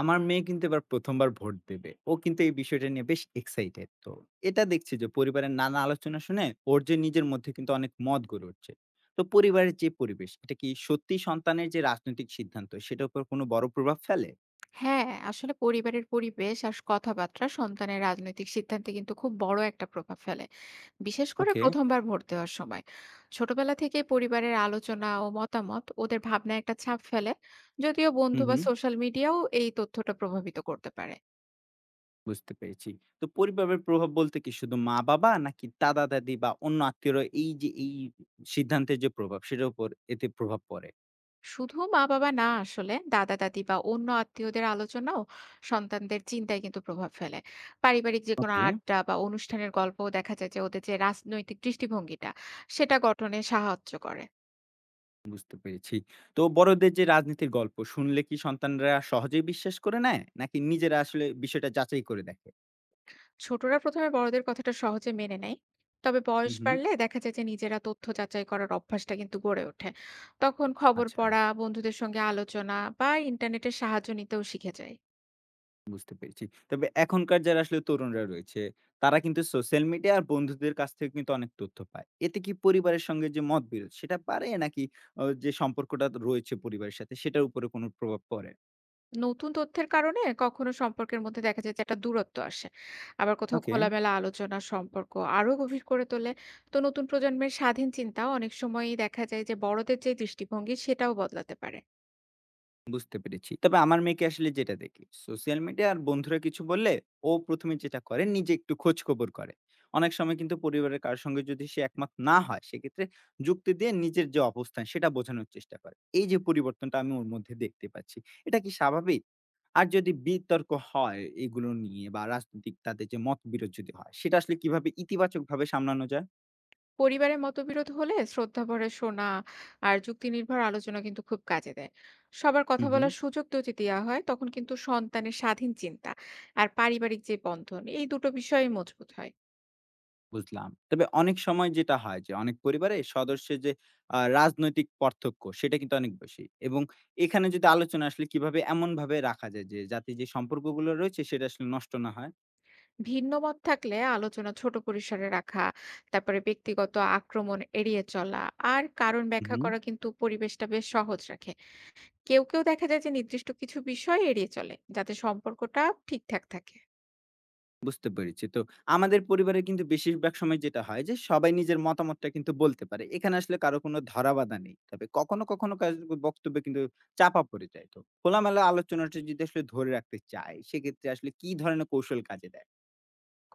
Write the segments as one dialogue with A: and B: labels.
A: আমার মেয়ে কিন্তু এবার ১ম বার ভোট দেবে। ও কিন্তু এই বিষয়টা নিয়ে বেশ এক্সাইটেড। তো এটা দেখছি যে পরিবারের নানা আলোচনা শুনে ওর যে নিজের মধ্যে কিন্তু অনেক মত গড়ে উঠছে। তো পরিবারের যে পরিবেশ, এটা কি সত্যি সন্তানের যে রাজনৈতিক সিদ্ধান্ত সেটার উপর কোনো বড় প্রভাব ফেলে?
B: হ্যাঁ, আসলে পরিবারের পরিবেশ আর কথাবার্তা সন্তানের রাজনৈতিক সিদ্ধান্তে কিন্তু খুব বড় একটা প্রভাব ফেলে। বিশেষ করে
A: ওকে।
B: ১ম বার ভোট দেওয়ার সময়। ছোটবেলা থেকেই পরিবারের আলোচনা ও মতামত ওদের ভাবনায় একটা ছাপ ফেলে। যদিও বন্ধু
A: হুম,
B: বা
A: হুম।
B: সোশ্যাল মিডিয়াও এই তথ্যটা প্রভাবিত করতে পারে।
A: বুঝতে পেরেছি। তো পরিবারের প্রভাব বলতে কি শুধু মা-বাবা নাকি দাদা-দাদি বা অন্য আত্মীয়রা এই যে এই সিদ্ধান্তের যে প্রভাব সেটার উপর এতে প্রভাব পড়ে?
B: শুধু মা-বাবা না আসলে দাদা-দাদি বা অন্য আত্মীয়দের আলোচনাও সন্তানদের চিন্তায় কিন্তু প্রভাব ফেলে। পারিবারিক যেকোনো
A: ওকে।
B: আড্ডা বা অনুষ্ঠানের গল্পও দেখা যায় যে ওদের যে রাজনৈতিক দৃষ্টিভঙ্গিটা সেটা গঠনে সাহায্য করে।
A: বুঝতে পেরেছি। তো বড়দের যে রাজনীতির গল্প শুনলে কি সন্তানরা সহজেই বিশ্বাস করে নেয়? নাকি নিজেরা আসলে বিষয়টা যাচাই করে দেখে?
B: ছোটরা প্রথমে বড়দের কথাটা সহজে মেনে নেয়, তবে বয়স
A: হুম, হুম।
B: বাড়লে দেখা যায় যে নিজেরা তথ্য যাচাই করার অভ্যাসটা কিন্তু গড়ে ওঠে। তখন খবর
A: আচ্ছা,
B: পড়া, বন্ধুদের সঙ্গে আলোচনা বা ইন্টারনেটের সাহায্য নিতেও শিখে যায়।
A: বুঝতে পেরেছি। তবে এখনকার যারা আসলে তরুণরা রয়েছে, তারা কিন্তু সোশ্যাল মিডিয়া আর বন্ধুদের কাছ থেকে কিন্তু অনেক তথ্য পায়। এতে কি পরিবারের সঙ্গে যে মতবিরোধ সেটা বাড়ে নাকি যে সম্পর্কটা রয়েছে পরিবারের সাথে সেটার উপরে কোনো প্রভাব পড়ে?
B: নতুন তথ্যের কারণে কখনো সম্পর্কের মধ্যে দেখা যায় যে একটা দূরত্ব আসে, আবার কোথাও
A: ওকে।
B: খোলামেলা আলোচনা সম্পর্ক আরো গভীর করে তোলে। তো নতুন প্রজন্মের স্বাধীন চিন্তা অনেক সময়ই দেখা যায় যে বড়দের যে দৃষ্টিভঙ্গি সেটাও বদলাতে পারে।
A: বুঝতে পেরেছি। তবে আমার মেয়েকে আসলে যেটা দেখি, সোশ্যাল মিডিয়া আর বন্ধুরা কিছু বললে ও ১ম এ যেটা করে নিজে একটু খোঁজ খবর করে। অনেক সময় কিন্তু পরিবারের কারো সঙ্গে যদি সে একমত না হয়, সেক্ষেত্রে যুক্তি দিয়ে নিজের যে অবস্থান সেটা বোঝানোর চেষ্টা করে। এই যে পরিবর্তনটা আমি ওর মধ্যে দেখতে পাচ্ছি, এটা কি স্বাভাবিক? আর যদি বিতর্ক হয় এগুলো নিয়ে বা রাজনৈতিক তাদের যে মতবিরোধ যদি হয়, সেটা আসলে কিভাবে ইতিবাচকভাবে সামলানো যায়?
B: পরিবারে মতবিরোধ হলে শ্রদ্ধাভরে শোনা আর যুক্তিনির্ভর আলোচনা কিন্তু খুব কাজে দেয়। সবার
A: হু,
B: কথা
A: হু।
B: বলার সুযোগ তো যদি দেওয়া হয়, তখন কিন্তু সন্তানের স্বাধীন চিন্তা আর পারিবারিক যে বন্ধন এই দুটো বিষয়ই মজবুত হয়।
A: বুঝলাম। তবে অনেক সময় যেটা হয় যে অনেক পরিবারে সদস্যের যে রাজনৈতিক পার্থক্য সেটা কিন্তু অনেক বেশি। এবং এখানে যদি আলোচনা আসলে কিভাবে এমনভাবে রাখা যায় যে যাতে যে সম্পর্কগুলো রয়েছে সেটা আসলে নষ্ট না হয়?
B: ভিন্ন মত থাকলে আলোচনা ছোট পরিসরে রাখা, তারপরে ব্যক্তিগত আক্রমণ এড়িয়ে চলা আর কারণ
A: হু,
B: ব্যাখ্যা
A: হুম।
B: করা কিন্তু পরিবেশটা বেশ সহজ রাখে। কেউ কেউ দেখা যায় যে নির্দিষ্ট কিছু বিষয় এড়িয়ে চলে, যাতে সম্পর্কটা ঠিকঠাক থাকে।
A: বুঝতে পেরেছি। তো আমাদের পরিবারে কিন্তু বেশিরভাগ সময় যেটা হয় যে সবাই নিজের মতামতটা কিন্তু বলতে পারে। এখানে আসলে কারো কোনো ধরাবাধা নেই। তবে কখনো, কখনো কারো বক্তব্য কিন্তু চাপা পড়ে যায়। তো খোলামেলা আলোচনাটা যদি আসলে ধরে রাখতে চাই সেক্ষেত্রে আসলে কি ধরনের কৌশল কাজে দেয়?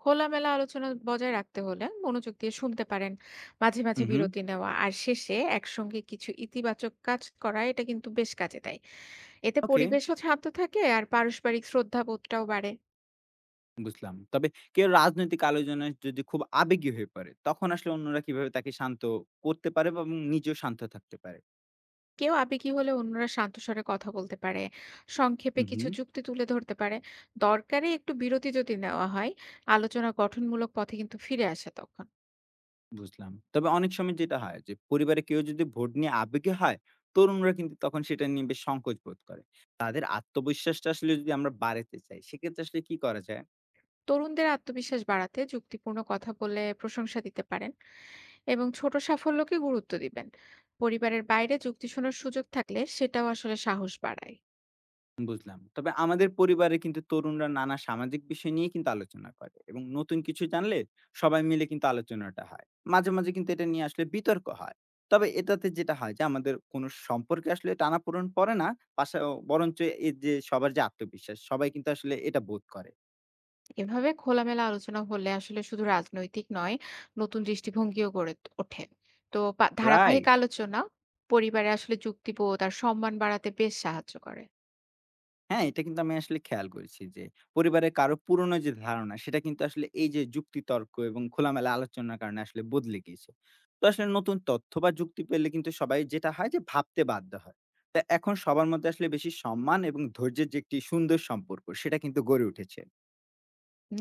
B: খোলামেলা আলোচনা বজায় রাখতে হলে মনোযোগ দিয়ে শুনতে পারেন। মাঝে
A: হু,
B: মাঝে
A: হুম।
B: বিরতি নেওয়া আর শেষে একসঙ্গে কিছু ইতিবাচক কাজ করা, এটা কিন্তু বেশ কাজে দেয়। এতে
A: ওকে।
B: পরিবেশও শান্ত থাকে আর পারস্পরিক শ্রদ্ধাবোধটাও বাড়ে।
A: বুঝলাম। তবে কেউ রাজনৈতিক আলোচনায় যদি খুব আবেগী হয়ে পড়ে, তখন আসলে অন্যরা কিভাবে তাকে শান্ত করতে পারে বা এবং নিজেও শান্ত থাকতে পারে?
B: কেউ আবেগী হলে অন্যরা শান্ত স্বরে কথা বলতে পারে, সংক্ষেপে
A: হুম,
B: কিছু
A: হুম,
B: যুক্তি তুলে ধরতে পারে, দরকারে একটু বিরতি যদি নেওয়া হয়, আলোচনা গঠনমূলক পথে কিন্তু ফিরে আসে তখন।
A: বুঝলাম। তবে অনেক সময় যেটা হয় যে, পরিবারে কেউ যদি ভোট নিয়ে আবেগী হয়, তরুণরা কিন্তু তখন সেটা নিয়ে বেশ সংকোচ বোধ করে। তাদের আত্মবিশ্বাসটা আসলে যদি আমরা বাড়াতে চাই, সেক্ষেত্রে আসলে কি করা যায়?
B: তরুণদের আত্মবিশ্বাস বাড়াতে যুক্তিপূর্ণ কথা বলে প্রশংসা দিতে পারেন এবং ছোট সাফল্যকে গুরুত্ব দিবেন। পরিবারের বাইরে যুক্তি শোনার সুযোগ থাকলে সেটাও আসলে সাহস বাড়ায়।
A: বুঝলাম। তবে আমাদের পরিবারে কিন্তু তরুণরা নানা সামাজিক বিষয় নিয়ে কিন্তু আলোচনা করে এবং নতুন কিছু জানলে সবাই মিলে কিন্তু আলোচনাটা হয়। মাঝে, মাঝে কিন্তু এটা নিয়ে আসলে বিতর্ক হয়। তবে এটাতে যেটা হয় যে আমাদের কোনো সম্পর্কে আসলে টানাপোড়েন পড়ে না। পাশা বরঞ্চ এই যে সবার যে আত্মবিশ্বাস সবাই কিন্তু আসলে এটা বোধ করে।
B: এভাবে খোলামেলা আলোচনা হলে আসলে শুধু রাজনৈতিক নয়, নতুন দৃষ্টিভঙ্গিও গড়ে ওঠে। তো ধারাবাহিক
A: রাইট?
B: আলোচনা পরিবারে আসলে যুক্তিবোধ আর সম্মান বাড়াতে বেশ সাহায্য করে।
A: হ্যাঁ, এটা কিন্তু আমি আসলে খেয়াল করেছি যে, পরিবারের কারো পুরনো যে ধারণা, সেটা কিন্তু আসলে এই যে যুক্তি তর্ক এবং খোলামেলা আলোচনার কারণে আসলে বদলে গিয়েছে। তো আসলে নতুন তথ্য বা যুক্তি পেলে কিন্তু সবাই যেটা হয় যে ভাবতে বাধ্য হয়। তা এখন সবার মধ্যে আসলে বেশি সম্মান এবং ধৈর্যের যে একটি সুন্দর সম্পর্ক, সেটা কিন্তু গড়ে উঠেছে।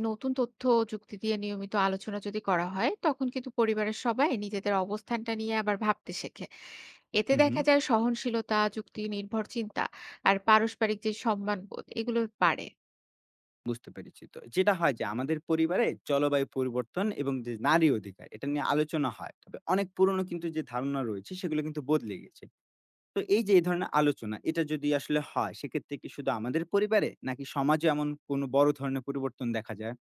B: নতুন তথ্য ও যুক্তি দিয়ে নিয়মিত আলোচনা যদি করা হয়, তখন কিন্তু পরিবারের সবাই নিজেদের অবস্থানটা নিয়ে আবার ভাবতে শেখে। এতে
A: হুম,
B: দেখা
A: হুম।
B: যায় সহনশীলতা, যুক্তি নির্ভর চিন্তা আর পারস্পরিক যে সম্মানবোধ, এগুলো বাড়ে।
A: বুঝতে পেরেছি। তো যেটা হয় যে আমাদের পরিবারে জলবায়ু পরিবর্তন এবং যে নারী অধিকার, এটা নিয়ে আলোচনা হয়। তবে অনেক পুরনো কিন্তু যে ধারণা রয়েছে, সেগুলো কিন্তু বদলে গেছে। তো এই যে এই ধরনের আলোচনা এটা যদি আসলে হয় সেক্ষেত্রে কি শুধু আমাদের পরিবারে নাকি সমাজে এমন কোনো বড় ধরনের পরিবর্তন দেখা যায়?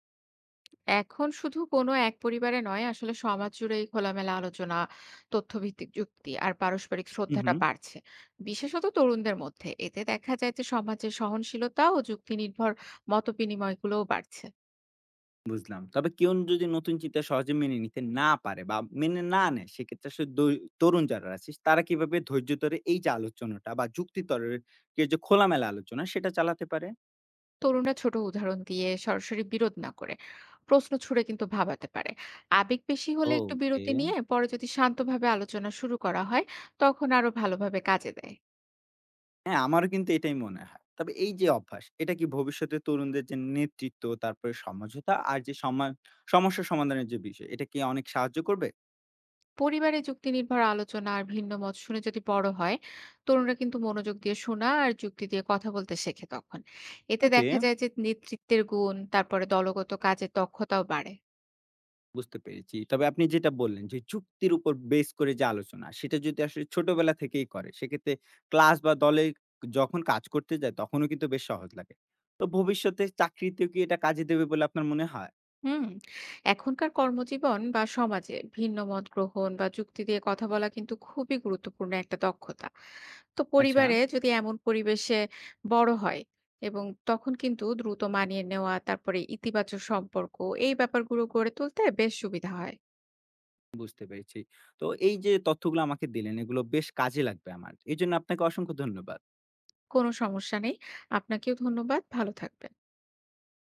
B: এখন শুধু কোনো এক পরিবারে নয়, আসলে সমাজ জুড়ে এই খোলামেলা আলোচনা, তথ্যভিত্তিক যুক্তি আর পারস্পরিক
A: হুম,
B: শ্রদ্ধাটা
A: হুম।
B: বাড়ছে। বিশেষত তরুণদের মধ্যে। এতে দেখা যায় যে সমাজে সহনশীলতা ও যুক্তি নির্ভর মতবিনিময়গুলোও বাড়ছে।
A: বুঝলাম। তবে কেউ যদি নতুন চিন্তা সহজে মেনে নিতে না পারে বা মেনে না নেয় সেক্ষেত্রে আসলে তরুণ যারা আছে তারা কিভাবে ধৈর্য ধরে এই যে আলোচনাটা বা যুক্তিতর্কের যে যে খোলামেলা আলোচনা সেটা চালাতে পারে?
B: তরুণরা ছোট উদাহরণ দিয়ে সরাসরি বিরোধ না করে প্রশ্ন ছুঁড়ে কিন্তু ভাবাতে পারে। আবেগ বেশি হলে একটু
A: ওকে।
B: বিরতি নিয়ে পরে যদি শান্তভাবে আলোচনা শুরু করা হয়, তখন আরো ভালোভাবে কাজে দেয়।
A: হ্যাঁ, আমারও কিন্তু এটাই মনে হয়। তবে এই যে অভ্যাস এটা কি ভবিষ্যতে তরুণদের যে নেতৃত্ব তারপরে সমঝোতা আর যে সমস্যা সমাধানের যে বিষয় এটা কি অনেক সাহায্য করবে?
B: পরিবারে যুক্তিনির্ভর আলোচনা আর ভিন্ন মত শুনে যদি বড় হয়, তরুণরা কিন্তু মনোযোগ দিয়ে শোনা আর যুক্তি দিয়ে কথা বলতে শেখে তখন। এতে
A: ওকে,
B: দেখা যায় যে নেতৃত্বের গুণ তারপরে দলগত কাজের দক্ষতাও বাড়ে।
A: বুঝতে পেরেছি। তবে আপনি যেটা বললেন যে যুক্তির উপর বেস করে যে আলোচনা, সেটা যদি আসলে ছোটবেলা থেকেই করে, সেক্ষেত্রে ক্লাস বা দলে যখন কাজ করতে যায়, তখনও কিন্তু বেশ সহজ লাগে। তো ভবিষ্যতে চাকরিতেও কি এটা কাজে দেবে বলে আপনার মনে হয়?
B: হুম। এখনকার কর্মজীবন বা সমাজে ভিন্ন মত গ্রহণ বা যুক্তি দিয়ে কথা বলা কিন্তু খুবই গুরুত্বপূর্ণ একটা দক্ষতা। তো
A: আচ্ছা,
B: পরিবারে যদি এমন পরিবেশে বড় হয়, এবং তখন কিন্তু দ্রুত মানিয়ে নেওয়া, তারপরে ইতিবাচক সম্পর্ক, এই ব্যাপারগুলো গড়ে তুলতে বেশ সুবিধা হয়।
A: বুঝতে পেরেছি। তো এই যে তথ্যগুলো আমাকে দিলেন, এগুলো বেশ কাজে লাগবে আমার। এজন্য আপনাকে অসংখ্য ধন্যবাদ।
B: কোনো সমস্যা নেই। আপনাকেও ধন্যবাদ। ভালো থাকবেন।